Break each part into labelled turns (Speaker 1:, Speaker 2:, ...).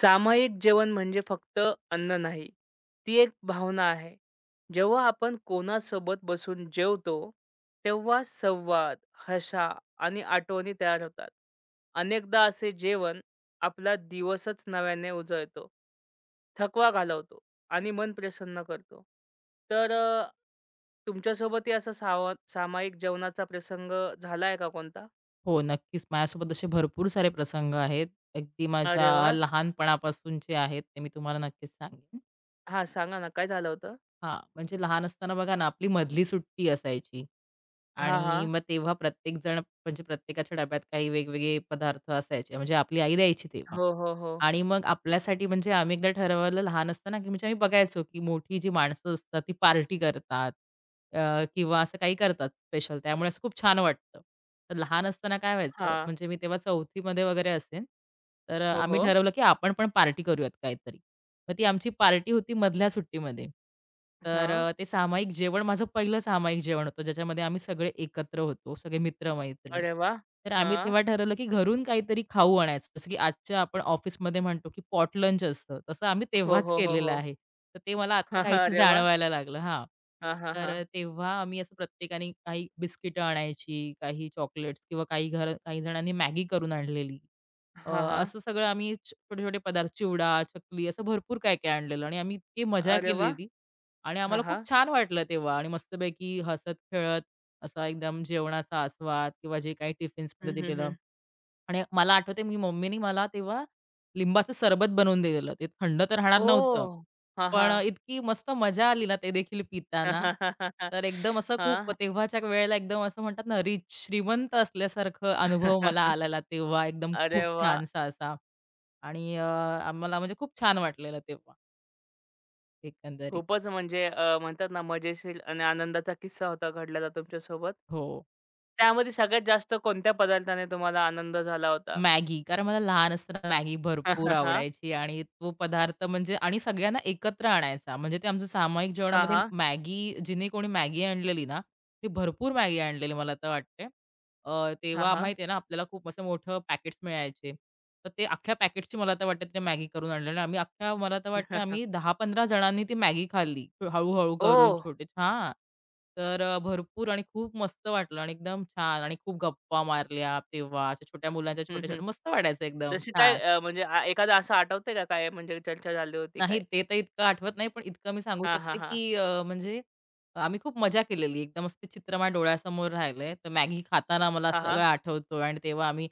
Speaker 1: सामायिक जेवण म्हणजे फक्त अन्न नाही. ती एक भावना आहे. जेव्हा आपण कोणासोबत बसून जेवतो, तेव्हा संवाद, हशा आणि आठवणी तयार होतात. अनेकदा असे जेवण आपला दिवसच नव्याने उजळतो, थकवा घालवतो आणि मन प्रसन्न करतो. तर तुमच्यासोबतही असा सावा सामायिक जेवणाचा प्रसंग झालाय का कोणता?
Speaker 2: हो, नक्कीच. माझ्यासोबत असे भरपूर सारे प्रसंग आहेत. अगदी
Speaker 1: अरे
Speaker 2: माझ्या
Speaker 1: वाह!
Speaker 2: लहानपणापासूनचे आहेत, ते मी तुम्हाला नक्कीच सांगेन.
Speaker 1: हां, सांगा ना काय झालं होतं?
Speaker 2: म्हणजे लहान असताना बघा ना, आपली मधली सुट्टी असायची.
Speaker 1: हां,
Speaker 2: आणि
Speaker 1: हां.
Speaker 2: मग तेव्हा प्रत्येकजण म्हणजे प्रत्येकाच्या डब्यात काही वेगवेगळे पदार्थ असायचे. म्हणजे आपली आई द्यायची तेव्हा.
Speaker 1: हो, हो, हो.
Speaker 2: आणि मग आपल्यासाठी म्हणजे आम्ही एकदा ठरवलं लहान असताना, की म्हणजे आम्ही बघायचो, की मोठी जी माणसं असतात ती पार्टी करतात किंवा असं काही करतात स्पेशल. त्यामुळे असं खूप छान वाटतं. तर लहान असताना काय व्हायचं,
Speaker 1: हां.
Speaker 2: म्हणजे मी तेव्हा चौथी वगैरे असेन, तर
Speaker 1: हो,
Speaker 2: आम्ही
Speaker 1: हो.
Speaker 2: ठरवलं, की आपण पण पार्टी करूयात काहीतरी. मग ती आमची पार्टी होती मधल्या सुट्टीमध्ये. तर
Speaker 1: हां.
Speaker 2: ते सामायिक जेवण माझं पहिलं सामायिक जेवण होतं, ज्याच्यामध्ये आम्ही सगळे एकत्र होतो, सगळे मित्र-मैत्रिणी.
Speaker 1: अरे वाह!
Speaker 2: तर आम्ही
Speaker 1: हां.
Speaker 2: तेव्हा ठरवलं, की घरून काहीतरी खाऊ आणायचं. जसं की आजच्या आपण ऑफिसमध्ये म्हणतो, की पॉट लंच असतं, तसं आम्ही
Speaker 1: हो,
Speaker 2: तेव्हाच
Speaker 1: हो, हो,
Speaker 2: केलेलं
Speaker 1: हो.
Speaker 2: आहे. तर ते मला आत्ता
Speaker 1: हां, हां.
Speaker 2: काहीसं
Speaker 1: अरे वाह!
Speaker 2: जाणवायला लागलं.
Speaker 1: हां, हां,
Speaker 2: तर
Speaker 1: हां.
Speaker 2: तेव्हा आम्ही असं प्रत्येकाने काही बिस्किटं आणायची, काही चॉकलेट्स किंवा काही घर काही जणांनी मॅगी करून आणलेली. अ,
Speaker 1: हां, हां.
Speaker 2: असं सगळं आम्ही छोटे-छोटे पदार्थ चिवडा, चकली असं भरपूर काय-काय आणलेलं आणि आम्ही इतकी मजा
Speaker 1: अरे वाह!
Speaker 2: केलेली आणि
Speaker 1: हां,
Speaker 2: आम्हाला खूप
Speaker 1: हां.
Speaker 2: छान वाटलं तेव्हा आणि मस्तपैकी हसत-खेळत असा एकदम जेवणाचा आस्वाद किंवा जे काही
Speaker 1: हं,
Speaker 2: टिफिन्समध्ये
Speaker 1: हं,
Speaker 2: दिलेलं
Speaker 1: हं.
Speaker 2: आणि मला आठवते मी मम्मीनी मला तेव्हा लिंबाचं सरबत बनवून दिलेलं. ते थंड तर राहणार नव्हतं.
Speaker 1: ओह! हां,
Speaker 2: पण
Speaker 1: हां.
Speaker 2: इतकी मस्त मजा आली ना ते देखील पिताना. तर एकदम असं खूप
Speaker 1: हां.
Speaker 2: तेव्हाच्या वेळेला एकदम असं म्हणतात ना रिच श्रीमंत असल्यासारखं अनुभव मला आलेला तेव्हा एकदम
Speaker 1: अरे
Speaker 2: खूप
Speaker 1: वाह!
Speaker 2: छानसा असा. आणि आम्हाला म्हणजे खूप छान वाटलेलं तेव्हा एकंदरीत.
Speaker 1: खूपच म्हणजे म्हणतात ना मजेशीर आणि आनंदाचा किस्सा होता घडलेला तुमच्यासोबत.
Speaker 2: हो.
Speaker 1: त्यामध्ये सगळ्यात जास्त कोणत्या पदार्थाने तुम्हाला आनंद झाला होता?
Speaker 2: मॅगी कारण मला लहान असताना मॅगी
Speaker 1: हां,
Speaker 2: भरपूर
Speaker 1: हां.
Speaker 2: आवडायची आणि तो पदार्थ म्हणजे आणि सगळ्यांना एकत्र आणायचा. म्हणजे ते आमचं सामायिक
Speaker 1: हां,
Speaker 2: जेवणामध्ये
Speaker 1: हां.
Speaker 2: मॅगी जिने कोणी मॅगी आणलेली ना, ती भरपूर मॅगी आणलेली मला तर वाटते. तेव्हा
Speaker 1: हां,
Speaker 2: माहिती आहे ना, आपल्याला खूप असं मोठं पॅकेट्स मिळायचे. तर ते अख्ख्या पॅकेटची मला तर वाटतं ते मॅगी करून आणलेलं. आम्ही अख्ख्या मला तर वाटते
Speaker 1: हां.
Speaker 2: आम्ही 10-15 जणांनी ती मॅगी खाल्ली. हळू-हळू करून
Speaker 1: ओह!
Speaker 2: छोटे हां. तर भरपूर आणि खूप मस्त वाटलं आणि एकदम छान आणि खूप गप्पा मारल्या तेव्हा. अशा छोट्या मुलांच्या
Speaker 1: हं, हं.
Speaker 2: छोट्या-छोट्या मस्त वाटायचं एकदम
Speaker 1: जशी काय
Speaker 2: छान.
Speaker 1: म्हणजे आ एखादं असं आठवतंय का काय म्हणजे चर्चा झाली होती
Speaker 2: नाही
Speaker 1: काय?
Speaker 2: ते तर इतकं आठवत नाही, पण इतकं मी सांगू
Speaker 1: हां, हां,
Speaker 2: शकते,
Speaker 1: हां.
Speaker 2: की म्हणजे आम्ही खूप मजा केलेली. एकदम मस्त चित्र माझ्या डोळ्यासमोर राहिलंय. तर मॅगी खाताना मला
Speaker 1: हां,
Speaker 2: सगळं
Speaker 1: हां.
Speaker 2: आठवतो आणि तेव्हा आम्ही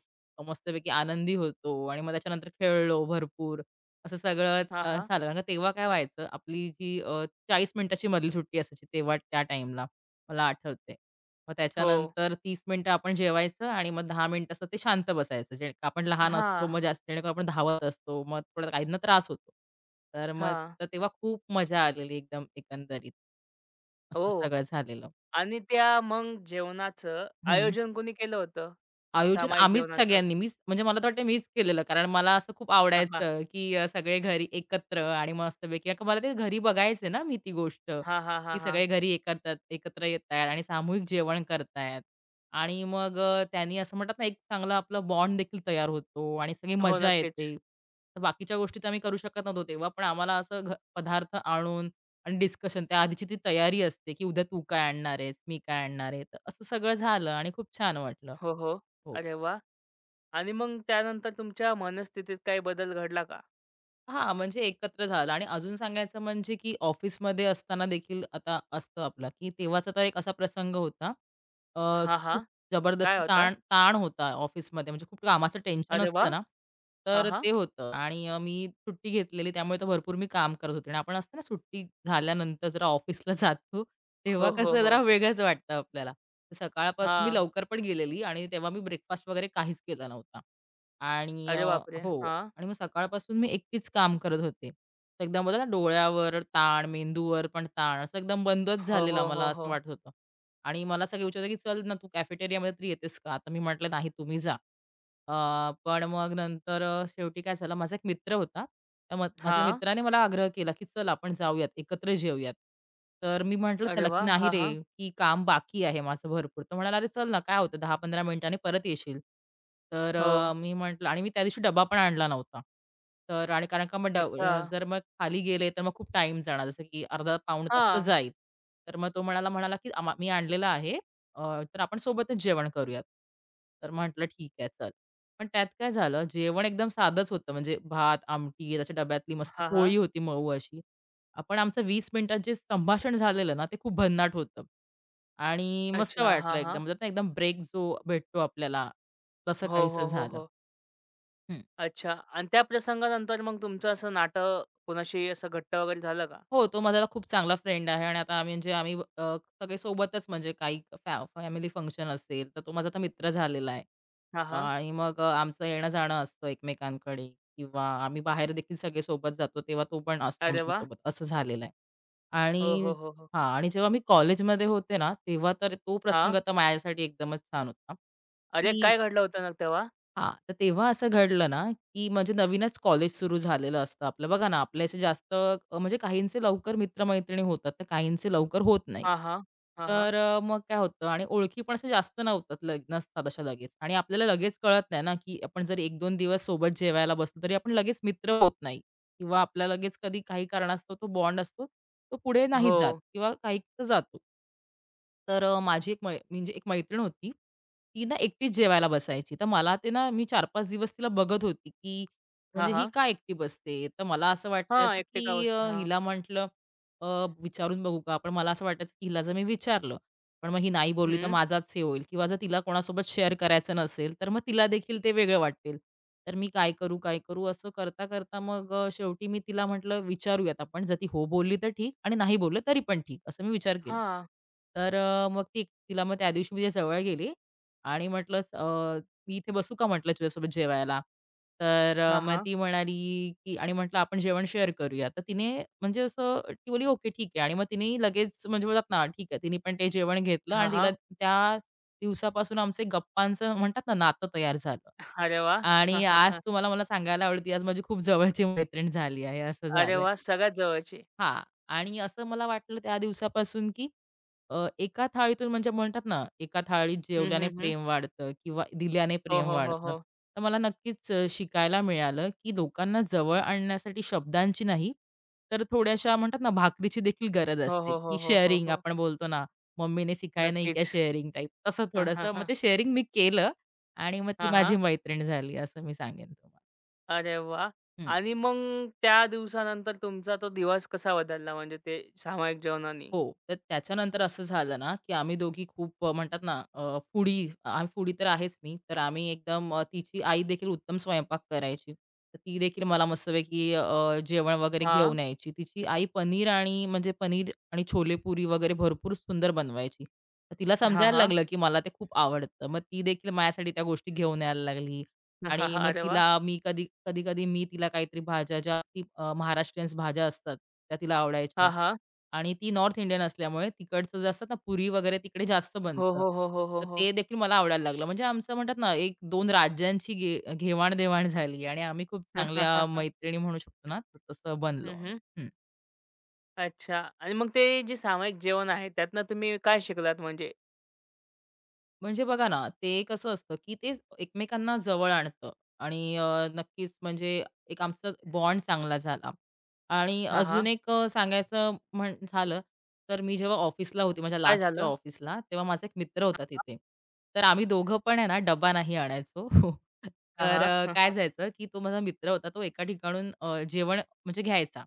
Speaker 2: मस्तपैकी आनंदी होतो आणि मग त्याच्यानंतर खेळलो भरपूर. असं सगळंच
Speaker 1: हां, हां.
Speaker 2: झालं. कारण का तेव्हा काय व्हायचं, आपली जी 40 मिनिटाची मधली सुट्टी असायची तेव्हा त्या टाईमला, मला आठवतंय. मग
Speaker 1: हो.
Speaker 2: त्याच्यानंतर 30 मिनिटं आपण जेवायचं आणि मग 10 मिनिटं असं ते शांत बसायचं. जे आपण लहान असतो,
Speaker 1: हां,
Speaker 2: मग जास्त जेणेकरून आपण धावत असतो, मग थोडा काहींना त्रास होतो. तर मग
Speaker 1: हां.
Speaker 2: तर तेव्हा खूप मजा आलेली एकदम एकंदरीत. असं
Speaker 1: हो.
Speaker 2: सगळं झालेलं.
Speaker 1: आणि त्या मग जेवणाचं आयोजन कोणी केलं होतं?
Speaker 2: आयोजन
Speaker 1: सामायिक
Speaker 2: आम्हीच
Speaker 1: जेवणाचं?
Speaker 2: सगळ्यांनी मीच म्हणजे मला तर वाटतं मीच केलेलं. कारण मला असं खूप
Speaker 1: हां, हां.
Speaker 2: आवडायचं, की सगळे घरी एकत्र आणि मस्तपैकी कारण मला ते घरी बघायचे ना मी ती गोष्ट,
Speaker 1: हां, हां,
Speaker 2: की
Speaker 1: हां, हां.
Speaker 2: सगळे घरी एकत्र एकत्र येतायत आणि सामूहिक जेवण करतायत आणि मग त्यांनी असं म्हणतात ना, एक चांगला आपला बॉन्ड देखील तयार होतो आणि सगळी
Speaker 1: हो,
Speaker 2: मजा
Speaker 1: नक्कीच.
Speaker 2: येते. तर बाकीच्या गोष्टी तर आम्ही करू शकत नव्हतो तेव्हा, पण आम्हाला असं पदार्थ आणून आणि डिस्कशन त्याआधीची ती तयारी असते, की उद्या तू काय आणणार आहेस? मी काय आणणार आहे? तर असं सगळं झालं आणि खूप छान वाटलं.
Speaker 1: हो, हो.
Speaker 2: हो.
Speaker 1: अरे वाह! आणि मग त्यानंतर तुमच्या मनस्थितीत काही बदल घडला का?
Speaker 2: हां, म्हणजे एकत्र झालं आणि अजून सांगायचं म्हणजे, की ऑफिसमध्ये असताना देखील आता असतं आपला, की तेव्हाचा तर एक असा प्रसंग होता. अ,
Speaker 1: हां, हां.
Speaker 2: खूप
Speaker 1: काय
Speaker 2: जबरदस्त
Speaker 1: होता?
Speaker 2: ताण ताण होता ऑफिसमध्ये, म्हणजे खूप कामाचं टेन्शन
Speaker 1: अरे
Speaker 2: असतं
Speaker 1: वाह!
Speaker 2: ना,
Speaker 1: हां,
Speaker 2: तर
Speaker 1: हां.
Speaker 2: ते होतं आणि मी सुट्टी घेतलेली त्यामुळे तर भरपूर मी काम करत होते आणि आपण असतं ना, सुट्टी झाल्यानंतर जरा ऑफिसला जातो, तेव्हा
Speaker 1: हो, हो,
Speaker 2: कसं जरा
Speaker 1: हो.
Speaker 2: वेगळंच वाटतं आपल्याला. तर सकाळपासून मी
Speaker 1: हां.
Speaker 2: लवकर पण गेलेली आणि तेव्हा मी ब्रेकफास्ट वगैरे काहीच केला नव्हता आणि
Speaker 1: अरे बापरे!
Speaker 2: हो.
Speaker 1: हां.
Speaker 2: आणि मग सकाळपासून मी एकटीच काम करत होते. तर एकदम बोलतात ना डोळ्यावर ताण, मेंदूवर पण ताण असं एकदम बंदच
Speaker 1: हो,
Speaker 2: झालेला
Speaker 1: हो,
Speaker 2: मला
Speaker 1: हो,
Speaker 2: असं
Speaker 1: हो.
Speaker 2: वाटत होतं. आणि मला सगळे विचारत होते, की "चल ना, तू कॅफेटेरियामध्ये तरी येतेस का?" तर मी म्हटलं, "नाही, तुम्ही जा." अ, पण मग नंतर शेवटी काय झालं, माझा एक मित्र होता. तर मग माझ्या
Speaker 1: हां.
Speaker 2: मित्राने मला आग्रह केला, की "चल आपण जाऊयात, एकत्र जेऊयात." तर मी म्हटलं
Speaker 1: अरे
Speaker 2: त्याला, की
Speaker 1: वाह!
Speaker 2: "नाही
Speaker 1: हां,
Speaker 2: रे,
Speaker 1: हां.
Speaker 2: की काम बाकी आहे माझं भरपूर." तो म्हणाला, "अरे चल ना, काय होतं 10-15 मिनिटांनी परत येशील." तर
Speaker 1: हो.
Speaker 2: मी म्हटलं आणि मी त्या दिवशी डबा पण आणला नव्हता. तर आणि कारण का मग
Speaker 1: अच्छा.
Speaker 2: जर मग खाली गेले तर मग खूप टाईम जाणार, जसं की अर्धा पाऊण तास तर
Speaker 1: हां.
Speaker 2: जाईल. तर मग तो म्हणाला म्हणाला, की " मी आणलेला आहे, तर आपण सोबतच जेवण करूयात." तर म्हटलं, "ठीक आहे, चल." पण त्यात काय झालं, जेवण एकदम साधंच होतं. म्हणजे भात, आमटी, त्याच्या डब्यातली मस्त
Speaker 1: हां,
Speaker 2: पोळी
Speaker 1: हां.
Speaker 2: होती मऊ अशी. पण आमचं 20 मिनिटात जे संभाषण झालेलं ना, ते खूप भन्नाट होतं आणि मस्त
Speaker 1: अच्छा. हां,
Speaker 2: वाटलं
Speaker 1: हां.
Speaker 2: एकदम. म्हणजे ना एकदम ब्रेक जो भेटतो आपल्याला, तसं
Speaker 1: हो,
Speaker 2: काहीसं
Speaker 1: हो, हो,
Speaker 2: झालं.
Speaker 1: हो.
Speaker 2: हं.
Speaker 1: अच्छा आणि त्या प्रसंगानंतर मग तुमचं असं नातं कोणाशी असं घट्ट वगैरे झालं का?
Speaker 2: हो, तो माझा खूप चांगला फ्रेंड आहे आणि आता आम्ही म्हणजे आम्ही सगळे सोबतच म्हणजे काही फॅमिली फंक्शन असेल, तर तो माझा आता मित्र झालेला आहे.
Speaker 1: हां, हां.
Speaker 2: आणि मग आमचं येणं-जाणं असतं एकमेकांकडे किंवा आम्ही बाहेर देखील सगळे सोबत जातो, तेव्हा तो पण असतो
Speaker 1: अरे वाह!
Speaker 2: आमच्यासोबत, असं झालेलं आहे.
Speaker 1: हो,
Speaker 2: आणि
Speaker 1: हो, हो, हो.
Speaker 2: आणि जेव्हा मी कॉलेजमध्ये होते ना, तेव्हा तर तो प्रसंग
Speaker 1: हां.
Speaker 2: तर माझ्यासाठी एकदमच छान होता,
Speaker 1: अरे
Speaker 2: की
Speaker 1: काय घडलं होतं ना तेव्हा?
Speaker 2: तर तेव्हा असं घडलं ना, की म्हणजे नवीनच कॉलेज सुरू झालेलं असतं आपलं. बघा ना, आपल्या असे जास्त म्हणजे काहींचे लवकर मित्र होतात, तर काहींचे लवकर होत नाही.
Speaker 1: हां, हां. हां, हां.
Speaker 2: तर मग काय होतं आणि ओळखी पण अशा जास्त नव्हतात नसतात अशा लगेच आणि आपल्याला लगेच कळत नाही ना, की आपण जर 1-2 दिवस सोबत जेवायला बसलो, तरी आपण लगेच मित्र होत नाही किंवा आपला लगेच कधी काही कारणास्तव तो बॉन्ड असतो, तो पुढे नाही
Speaker 1: हो.
Speaker 2: जात किंवा काहींचा जातो. तर माझी एक म्हणजे एक मैत्रीण होती. ती ना एकटीच जेवायला बसायची. तर मला ते ना मी 4-5 दिवस तिला बघत होती, की
Speaker 1: हां,
Speaker 2: म्हणजे ही
Speaker 1: हां.
Speaker 2: का एकटी बसते? तर मला असं
Speaker 1: हां,
Speaker 2: वाटायचं,
Speaker 1: एकटे का
Speaker 2: की
Speaker 1: बसले? हां.
Speaker 2: हिला म्हटलं विचारून बघू का? पण मला असं वाटायचं, की हिला जर मी विचारलं, पण मग ही नाही बोलली तर
Speaker 1: हं.
Speaker 2: माझाच हे होईल किंवा जर तिला कोणासोबत शेअर करायचं नसेल, तर मग तिला देखील ते वेगळं वाटेल. तर मी काय करू, काय करू? असं करता-करता मग शेवटी मी तिला म्हटलं, "विचारूयात आपण. जर ती हो बोलली तर ठीक आणि नाही बोलली तरी पण ठीक." असं मी विचार केला.
Speaker 1: हां.
Speaker 2: तर मग ती तिला मग त्या दिवशी मी तिच्या जवळ गेली आणि म्हटलं "मी इथे बसू का?" म्हटलं "तुझ्यासोबत जेवायला." तर
Speaker 1: हां,
Speaker 2: मग
Speaker 1: हां.
Speaker 2: ती म्हणाली, की आणि म्हटलं, "आपण जेवण शेअर करूया." तर तिने म्हणजे असं ती बोली "ओके, ठीक आहे." आणि मग तिने लगेच म्हणजे बोलतात ना, ठीक आहे, तिने पण ते जेवण घेतलं
Speaker 1: हां,
Speaker 2: आणि तिला
Speaker 1: हां.
Speaker 2: त्या दिवसापासून आमचे गप्पांचं म्हणतात ना, नातं तयार झालं.
Speaker 1: अरे वाह!
Speaker 2: आणि
Speaker 1: हां, हां,
Speaker 2: आज
Speaker 1: हां.
Speaker 2: तुम्हाला मला सांगायला आवडेल, ती आज माझी खूप जवळची मैत्रीण झाली आहे, असं
Speaker 1: अरे
Speaker 2: झालंय.
Speaker 1: वाह! सगळ्यात जवळचे.
Speaker 2: हां. आणि असं मला वाटलं त्या दिवसापासून, की एका थाळीतून म्हणजे म्हणतात ना, एका थाळीत
Speaker 1: हं,
Speaker 2: जेवल्याने
Speaker 1: हं, हं.
Speaker 2: प्रेम वाढतं किंवा दिल्याने
Speaker 1: हो,
Speaker 2: प्रेम
Speaker 1: हो, हो,
Speaker 2: वाढतं.
Speaker 1: हो.
Speaker 2: तर मला नक्कीच शिकायला मिळालं, की लोकांना जवळ आणण्यासाठी शब्दांची नाही, तर थोड्याशा म्हणतात ना, भाकरीची देखील गरज
Speaker 1: हो,
Speaker 2: असते,
Speaker 1: हो, हो,
Speaker 2: की
Speaker 1: हो, हो,
Speaker 2: शेअरिंग
Speaker 1: हो. हो
Speaker 2: आपण बोलतो ना, मम्मीने सिखाया नहीं क्या
Speaker 1: नक्कीच.
Speaker 2: शेअरिंग टाइप तसं
Speaker 1: हां, हां,
Speaker 2: थोडंसं. मग
Speaker 1: हां.
Speaker 2: ते शेअरिंग मी केलं आणि मग ती
Speaker 1: हां,
Speaker 2: माझी
Speaker 1: हां.
Speaker 2: मैत्रीण झाली असं मी सांगेन तुम्हाला.
Speaker 1: अरे वाह! आणि मग त्या दिवसानंतर तुमचा तो दिवस कसा बदलला म्हणजे ते सामायिक जेवणानी?
Speaker 2: हो. तर त्याच्यानंतर असं झालं ना, की आम्ही दोघी खूप म्हणतात ना फूडी आम्ही फूडी तर आहेच मी. तर आम्ही एकदम तिची आई देखील उत्तम स्वयंपाक करायची. तर ती देखील मला मस्तपैकी जेवण वगैरे
Speaker 1: हां.
Speaker 2: घेऊन यायची. तिची आई पनीर आणि म्हणजे पनीर आणि छोलेपुरी वगैरे भरपूर सुंदर बनवायची. तर तिला
Speaker 1: हां,
Speaker 2: समजायला
Speaker 1: हां.
Speaker 2: लागलं, की मला ते खूप आवडतं. मग ती देखील माझ्यासाठी त्या गोष्टी घेऊन यायला लागली
Speaker 1: हां,
Speaker 2: आणि
Speaker 1: हां.
Speaker 2: मग
Speaker 1: अरे वाह!
Speaker 2: तिला मी कधी कधी-कधी मी तिला काहीतरी भाज्या ज्या ती महाराष्ट्रीयन्स भाज्या असतात, त्या तिला आवडायच्या.
Speaker 1: हां, हां.
Speaker 2: आणि ती नॉर्थ इंडियन असल्यामुळे तिकडचं जे असतात ना पुरी वगैरे तिकडे जास्त
Speaker 1: हो,
Speaker 2: बनतं.
Speaker 1: हो, हो, हो, हो,
Speaker 2: तर
Speaker 1: हो.
Speaker 2: ते देखील मला आवडायला लागलं. म्हणजे आमचं म्हणतात ना, एक दोन राज्यांची घे घेवाण-देवाण झाली आणि आम्ही खूप चांगल्या मैत्रिणी म्हणू शकतो ना, तर तसं बनलो आम्ही.
Speaker 1: हं,
Speaker 2: हं.
Speaker 1: अच्छा आणि मग ते जे सामायिक जेवण आहे त्यातनं तुम्ही काय शिकलात म्हणजे?
Speaker 2: म्हणजे बघा ना, ते कसं असतं, की ते एकमेकांना जवळ आणतं आणि नक्कीच म्हणजे एक आमचा बॉन्ड चांगला झाला. आणि
Speaker 1: हां,
Speaker 2: अजून
Speaker 1: हां.
Speaker 2: एक सांगायचं म्हण झालं, तर मी जेव्हा ऑफिसला होती, माझ्या
Speaker 1: काय
Speaker 2: लास्टच्या
Speaker 1: झालं?
Speaker 2: ऑफिसला, तेव्हा माझा एक मित्र होता तिथे. तर आम्ही दोघं पण आहे ना, डबा नाही आणायचो.
Speaker 1: हां,
Speaker 2: तर
Speaker 1: हां. हां,
Speaker 2: काय जायचं, की तो माझा मित्र होता, तो एका ठिकाणून जेवण म्हणजे घ्यायचा.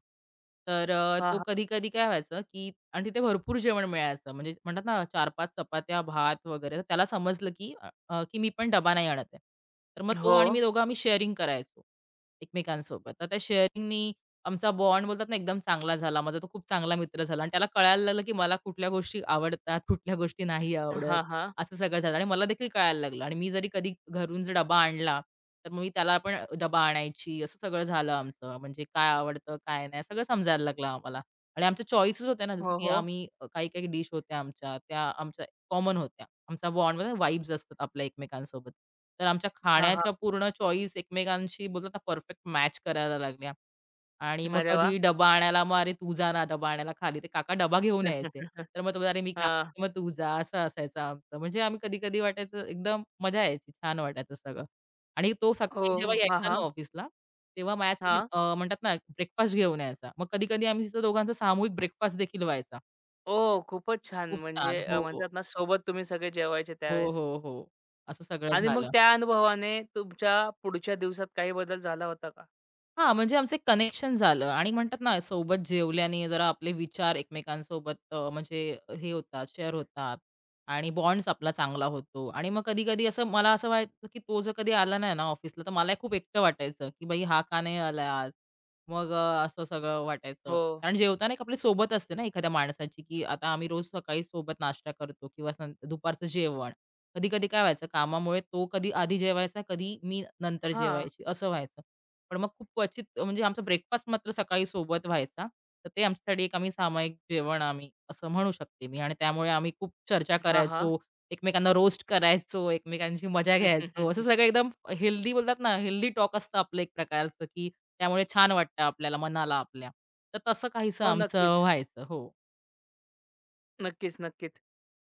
Speaker 2: तर तो
Speaker 1: हां.
Speaker 2: कधी-कधी काय व्हायचं, की आणि तिथे भरपूर जेवण मिळायचं. म्हणजे म्हणतात ना 4-5 चपात्या, भात वगैरे. तर त्याला समजलं, की अ, अ, की मी पण डबा नाही आणत आहे. तर मग तो
Speaker 1: हो.
Speaker 2: आणि मी दोघं आम्ही शेअरिंग करायचो एकमेकांसोबत. तर त्या शेअरिंगनी आमचा बॉन्ड बोलतात ना एकदम चांगला झाला. माझा तो खूप चांगला मित्र झाला आणि त्याला कळायला लागलं, की मला कुठल्या गोष्टी आवडतात, कुठल्या गोष्टी नाही आवडत.
Speaker 1: हां, हां.
Speaker 2: असं सगळं झालं आणि मला देखील कळायला लागलं आणि मी जरी कधी घरून जर डबा आणला, तर मग मी त्याला पण डबा आणायची. असं सगळं झालं आमचं. म्हणजे काय आवडतं, काय नाही सगळं समजायला लागलं आम्हाला. आणि आमच्या चॉईसेस होत्या ना, जसं
Speaker 1: हो,
Speaker 2: की
Speaker 1: हो.
Speaker 2: आम्ही काही-काही डिश होत्या आमच्या, त्या आमच्या कॉमन होत्या. आमचा बॉन्ड वाइब्स असतात आपल्या एकमेकांसोबत. तर आमच्या
Speaker 1: हां, हां.
Speaker 2: खाण्याच्या पूर्ण चॉईस एकमेकांशी बोलतात परफेक्ट मॅच करायला लागल्या. आणि मग
Speaker 1: अरे वाह!
Speaker 2: कधी डब्बा आणायला, मग "अरे तू जा ना डब्बा आणायला खाली." ते काका डबा घेऊन यायचे. तर मग तो बोलला, "अरे मी का."
Speaker 1: हां.
Speaker 2: "मग तू जा." असं असायचं आमचं. म्हणजे आम्ही कधी-कधी वाटायचं एकदम मजा यायची. छान वाटायचं सगळं. आणि तो
Speaker 1: हो.
Speaker 2: सकाळी जेव्हा
Speaker 1: हां,
Speaker 2: यायचा
Speaker 1: हां.
Speaker 2: ना ऑफिसला, तेव्हा माझ्यासाठी
Speaker 1: हां.
Speaker 2: म्हणतात ना ब्रेकफास्ट घेऊन यायचा. मग कधी-कधी आम्ही तिथं दोघांचा सामूहिक ब्रेकफास्ट देखील व्हायचा.
Speaker 1: ओह! खूपच छान
Speaker 2: खूप छान.
Speaker 1: म्हणजे
Speaker 2: हो, हो.
Speaker 1: म्हणतात ना सोबत तुम्ही सगळे जेवायचे
Speaker 2: हो,
Speaker 1: त्यावेळेस.
Speaker 2: हो, हो. असं सगळं
Speaker 1: आणि मग
Speaker 2: झालं.
Speaker 1: त्या अनुभवाने तुमच्या पुढच्या दिवसात काही बदल झाला होता का?
Speaker 2: हां, म्हणजे आमचं एक कनेक्शन झालं आणि म्हणतात ना, सोबत जेवल्याने जरा आपले विचार एकमेकांसोबत म्हणजे हे होतात, शेअर होतात आणि बॉन्ड्स आपला चांगला होतो आणि मग कधी-कधी असं मला असं व्हायचं, की तो जर कधी आला नाही ना ऑफिसला, तर मला खूप एकटं वाटायचं, की "बाई हा का नाही आलाय आज?" मग असं सगळं वाटायचं.
Speaker 1: हो.
Speaker 2: कारण जेवताना एक आपली सोबत असते ना एखाद्या माणसाची, की आता आम्ही रोज सकाळी सोबत नाश्ता करतो किंवा सं दुपारचं जेवण. कधी-कधी काय व्हायचं, कामामुळे तो कधी आधी जेवायचा, कधी मी नंतर
Speaker 1: हां.
Speaker 2: जेवायची, असं व्हायचं. पण मग खूप क्वचित म्हणजे आमचा ब्रेकफास्ट मात्र सकाळी सोबत व्हायचा. तर ते आमच्यासाठी एक आम्ही सामायिक जेवण आम्ही असं म्हणू शकते मी आणि त्यामुळे आम्ही खूप चर्चा
Speaker 1: हां, हां.
Speaker 2: करायचो, एकमेकांना रोस्ट करायचो, एकमेकांची मजा घ्यायचो. असं सगळं एकदम हेल्दी बोलतात ना, हेल्दी टॉक असतं आपलं एक प्रकारचं, की त्यामुळे छान वाटतं आपल्याला, मनाला आपल्या. तर तसं काहीसं
Speaker 1: हो,
Speaker 2: आमचं
Speaker 1: नक्कीच.
Speaker 2: व्हायचं. हो.
Speaker 1: नक्कीच, नक्कीच.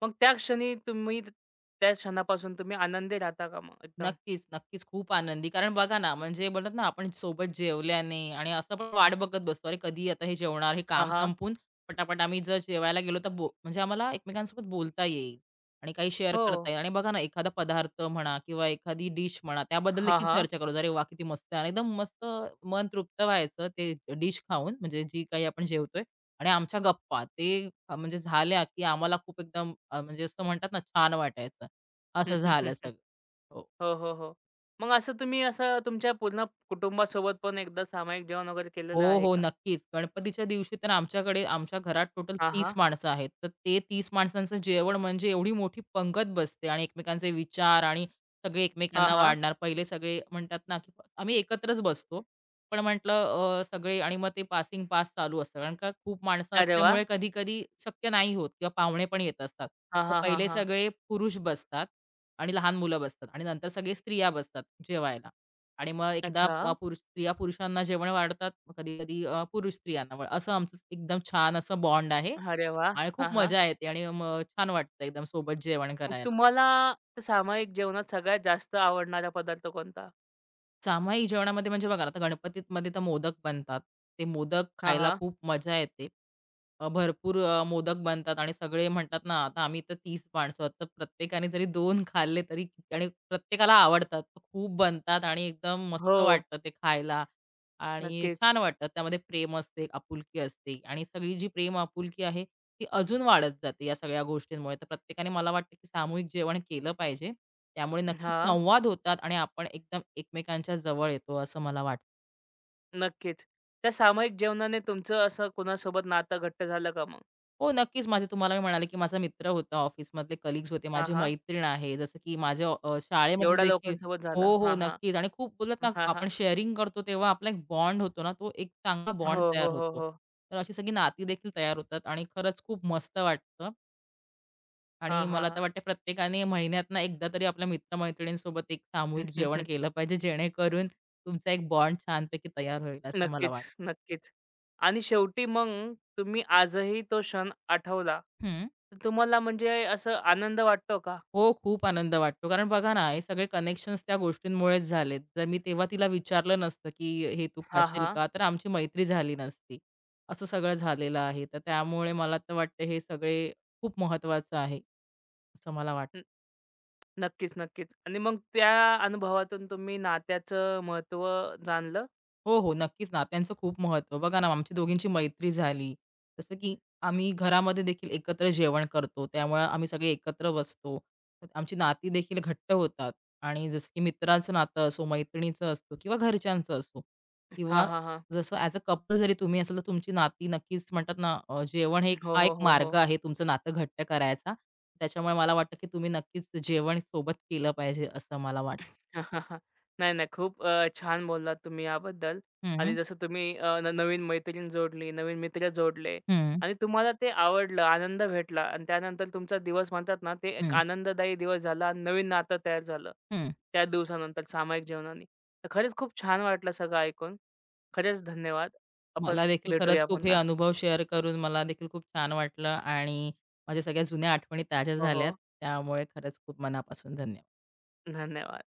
Speaker 1: मग त्या क्षणी तुम्ही त्या क्षणापासून तुम्ही आनंदी राहता का मग एकदम?
Speaker 2: नक्कीच, नक्कीच. खूप आनंदी. कारण बघा ना, म्हणजे बोलतात ना, आपण सोबत जेवल्याने आणि असं पण वाट बघत बसतो, अरे कधी आता हे जेवणार, हे
Speaker 1: हां,
Speaker 2: काम
Speaker 1: हां.
Speaker 2: संपून पटापट आम्ही जर जेवायला गेलो तर बो म्हणजे आम्हाला एकमेकांसोबत बोलता येईल आणि काही शेअर
Speaker 1: हो.
Speaker 2: करता येईल आणि बघा ना, एखादा पदार्थ म्हणा किंवा एखादी डिश म्हणा, त्याबद्दल
Speaker 1: हां,
Speaker 2: देखील
Speaker 1: हां.
Speaker 2: चर्चा करू. अरे वाह! किती मस्त आहे आणि एकदम मस्त मन तृप्त व्हायचं ते डिश खाऊन, म्हणजे जी काही आपण जेवतोय आणि आमच्या गप्पा ते म्हणजे झाल्या, की आम्हाला खूप एकदम म्हणजे असं म्हणतात ना, छान वाटायचं. असं झालं सगळं. हो.
Speaker 1: हो, हो, हो. मग असं तुम्ही असं तुमच्या पूर्ण कुटुंबासोबत पण एकदा सामायिक जेवण वगैरे
Speaker 2: हो,
Speaker 1: केलेलं आहे
Speaker 2: हो,
Speaker 1: का?
Speaker 2: नक्कीच. गणपतीच्या दिवशी तर आमच्याकडे आमच्या घरात टोटल
Speaker 1: हां,
Speaker 2: 30
Speaker 1: हां.
Speaker 2: माणसं आहेत. तर ते 30 माणसांचं जेवण म्हणजे एवढी मोठी पंगत बसते आणि एकमेकांचे विचार आणि सगळे
Speaker 1: हां,
Speaker 2: एकमेकांना
Speaker 1: हां.
Speaker 2: वाढणार. पहिले सगळे म्हणतात ना, की आम्ही एकत्रच बसतो. पण म्हटलं सगळे आणि मग ते पासिंग पास चालू असतं. कारण का खूप माणसं
Speaker 1: अरे वाह!
Speaker 2: असल्यामुळे कधी-कधी शक्य नाही होत किंवा पाहुणे पण येत असतात.
Speaker 1: हां,
Speaker 2: मग
Speaker 1: हां, हां,
Speaker 2: पहिले
Speaker 1: हां.
Speaker 2: सगळे पुरुष बसतात आणि लहान मुलं बसतात आणि नंतर सगळे स्त्रिया बसतात जेवायला. आणि मग एकदा
Speaker 1: अच्छा.
Speaker 2: पुरुष स्त्रिया पुरुषांना जेवण वाढतात, मग कधी-कधी पुरुष स्त्रियांना व असं आमचं एकदम छान असं बॉन्ड आहे
Speaker 1: अरे वाह!
Speaker 2: आणि
Speaker 1: हां,
Speaker 2: खूप
Speaker 1: हां.
Speaker 2: मजा येते आणि मग छान वाटतं एकदम सोबत जेवण
Speaker 1: मग
Speaker 2: करायला.
Speaker 1: तुम्हाला सामायिक जेवणात सगळ्यात जास्त आवडणारा पदार्थ कोणता?
Speaker 2: सामायिक जेवणामध्ये म्हणजे बघा ना, आता गणपतीमध्ये तर मोदक बनतात. ते मोदक
Speaker 1: हां,
Speaker 2: खायला
Speaker 1: हां.
Speaker 2: खूप मजा येते. भरपूर मोदक बनतात आणि सगळे म्हणतात ना, आता आम्ही तर 30 माणसं आहोत, तर प्रत्येकाने जरी 2 खाल्ले तरी किती- आणि प्रत्येकाला आवडतात. तर खूप बनतात आणि एकदम
Speaker 1: हो,
Speaker 2: मस्त वाटतं ते खायला आणि
Speaker 1: नक्कीच.
Speaker 2: छान वाटतं. त्यामध्ये प्रेम असते, आपुलकी असते आणि सगळी जी प्रेम आपुलकी आहे, ती अजून वाढत जाते या सगळ्या गोष्टींमुळे. तर प्रत्येकाने मला वाटतं, की सामूहिक जेवण केलं पाहिजे. त्यामुळे नक्कीच
Speaker 1: हां,
Speaker 2: संवाद होतात आणि आपण एकदम एकमेकांच्या जवळ येतो असं मला वाटतं.
Speaker 1: नक्कीच. त्या सामायिक जेवणाने तुमचं असं कोणासोबत नातं घट्ट झालं का मग?
Speaker 2: हो, नक्कीच माझे तुम्हाला मी म्हणाले, की माझा मित्र होता, ऑफिसमधले कलीग्स होते,
Speaker 1: हां,
Speaker 2: माझी
Speaker 1: हां.
Speaker 2: मैत्रीण आहे. जसं की माझ्या शाळेमध्ये
Speaker 1: एवढ्या
Speaker 2: देखील
Speaker 1: लोकांसोबत
Speaker 2: हो,
Speaker 1: झालं.
Speaker 2: हो,
Speaker 1: हां, हां.
Speaker 2: नक्कीच आणि खूप बोललात ना,
Speaker 1: हां, हां.
Speaker 2: आपण शेअरिंग करतो तेव्हा आपला एक बॉन्ड होतो ना, तो एक चांगला
Speaker 1: हो,
Speaker 2: बॉन्ड तयार
Speaker 1: हो, हो,
Speaker 2: होतो.
Speaker 1: हो.
Speaker 2: तर अशी सगळी नाती देखील तयार होतात आणि खरंच खूप मस्त वाटतं आणि
Speaker 1: हां, हां,
Speaker 2: मला
Speaker 1: हां.
Speaker 2: तर वाटतं प्रत्येकाने महिन्यातनं एकदा तरी आपल्या मित्र एक
Speaker 1: हं,
Speaker 2: सामूहिक
Speaker 1: हं,
Speaker 2: जेवण
Speaker 1: हं.
Speaker 2: केलं पाहिजे, जेणेकरून तुमचा एक बॉन्ड छानपैकी तयार होईल असं मला
Speaker 1: नक्कीच,
Speaker 2: वाटतं.
Speaker 1: नक्कीच. आणि शेवटी मग तुम्ही आजही तो क्षण आठवला,
Speaker 2: हं.
Speaker 1: तर तुम्हाला म्हणजे असं आनंद वाटतो का?
Speaker 2: हो, खूप आनंद वाटतो. कारण बघा ना, हे सगळे कनेक्शन्स त्या गोष्टींमुळेच झालेत. जर मी तेव्हा तिला विचारलं नसतं, की "हे तू
Speaker 1: हां,
Speaker 2: खाशील
Speaker 1: हां.
Speaker 2: का?" तर आमची मैत्री झाली नसती. असं सगळं झालेलं आहे. तर त्यामुळे मला तर वाटतं हे सगळे खूप महत्त्वाचं आहे, असं मला वाटतं.
Speaker 1: नक्कीच, नक्कीच. आणि मग त्या अनुभवातून तुम्ही नात्याचं महत्त्व जाणलं?
Speaker 2: हो, हो. नक्कीच, नात्यांचं खूप महत्त्व. बघा ना, आमची दोघींची मैत्री झाली. जसं की आम्ही घरामध्ये देखील एकत्र जेवण करतो, त्यामुळे आम्ही सगळे एकत्र बसतो. तर आमची नाती देखील घट्ट होतात आणि जसं की मित्राचं नातं असो, मैत्रिणीचं असो किंवा घरच्यांचं असो
Speaker 1: हां,
Speaker 2: किंवा
Speaker 1: हां, हां.
Speaker 2: जसं ॲज अ कपल जरी तुम्ही असाल, तर तुमची नाती नक्कीच म्हणतात ना, जेवण हे एक-
Speaker 1: हो,
Speaker 2: हा एक
Speaker 1: हो, हो, हो.
Speaker 2: मार्ग आहे तुमचं नातं घट्ट करायचा. त्याच्यामुळे मला वाटतं, की तुम्ही नक्कीच जेवण सोबत केलं पाहिजे असं मला वाटतं.
Speaker 1: हा, हा, हा. नाही, नाही. खूप छान बोललात तुम्ही याबद्दल
Speaker 2: हं,
Speaker 1: आणि
Speaker 2: हं.
Speaker 1: जसं तुम्ही अ, न नवीन मैत्रीण जोडली, नवीन मित्र जोडले आणि तुम्हाला ते आवडलं, आनंद भेटला आणि त्यानंतर तुमचा दिवस म्हणतात ना, ते एक
Speaker 2: हं,
Speaker 1: आनंददायी दिवस झाला आणि नवीन नातं तयार झालं.
Speaker 2: हं.
Speaker 1: त्या दिवसानंतर सामायिक जेवणाने. तर खरंच खूप छान वाटलं सगळं ऐकून. खरंच धन्यवाद. आपण
Speaker 2: मला देखील खरंच
Speaker 1: भेटूया
Speaker 2: खूप हे
Speaker 1: पुन्हा.
Speaker 2: अनुभव शेअर करून मला देखील खूप छान वाटलं आणि माझ्या सगळ्या जुन्या आठवणी ताज्या
Speaker 1: हो,
Speaker 2: झाल्यात.
Speaker 1: हो.
Speaker 2: त्यामुळे खरंच खूप मनापासून धन्यवाद.
Speaker 1: धन्यवाद.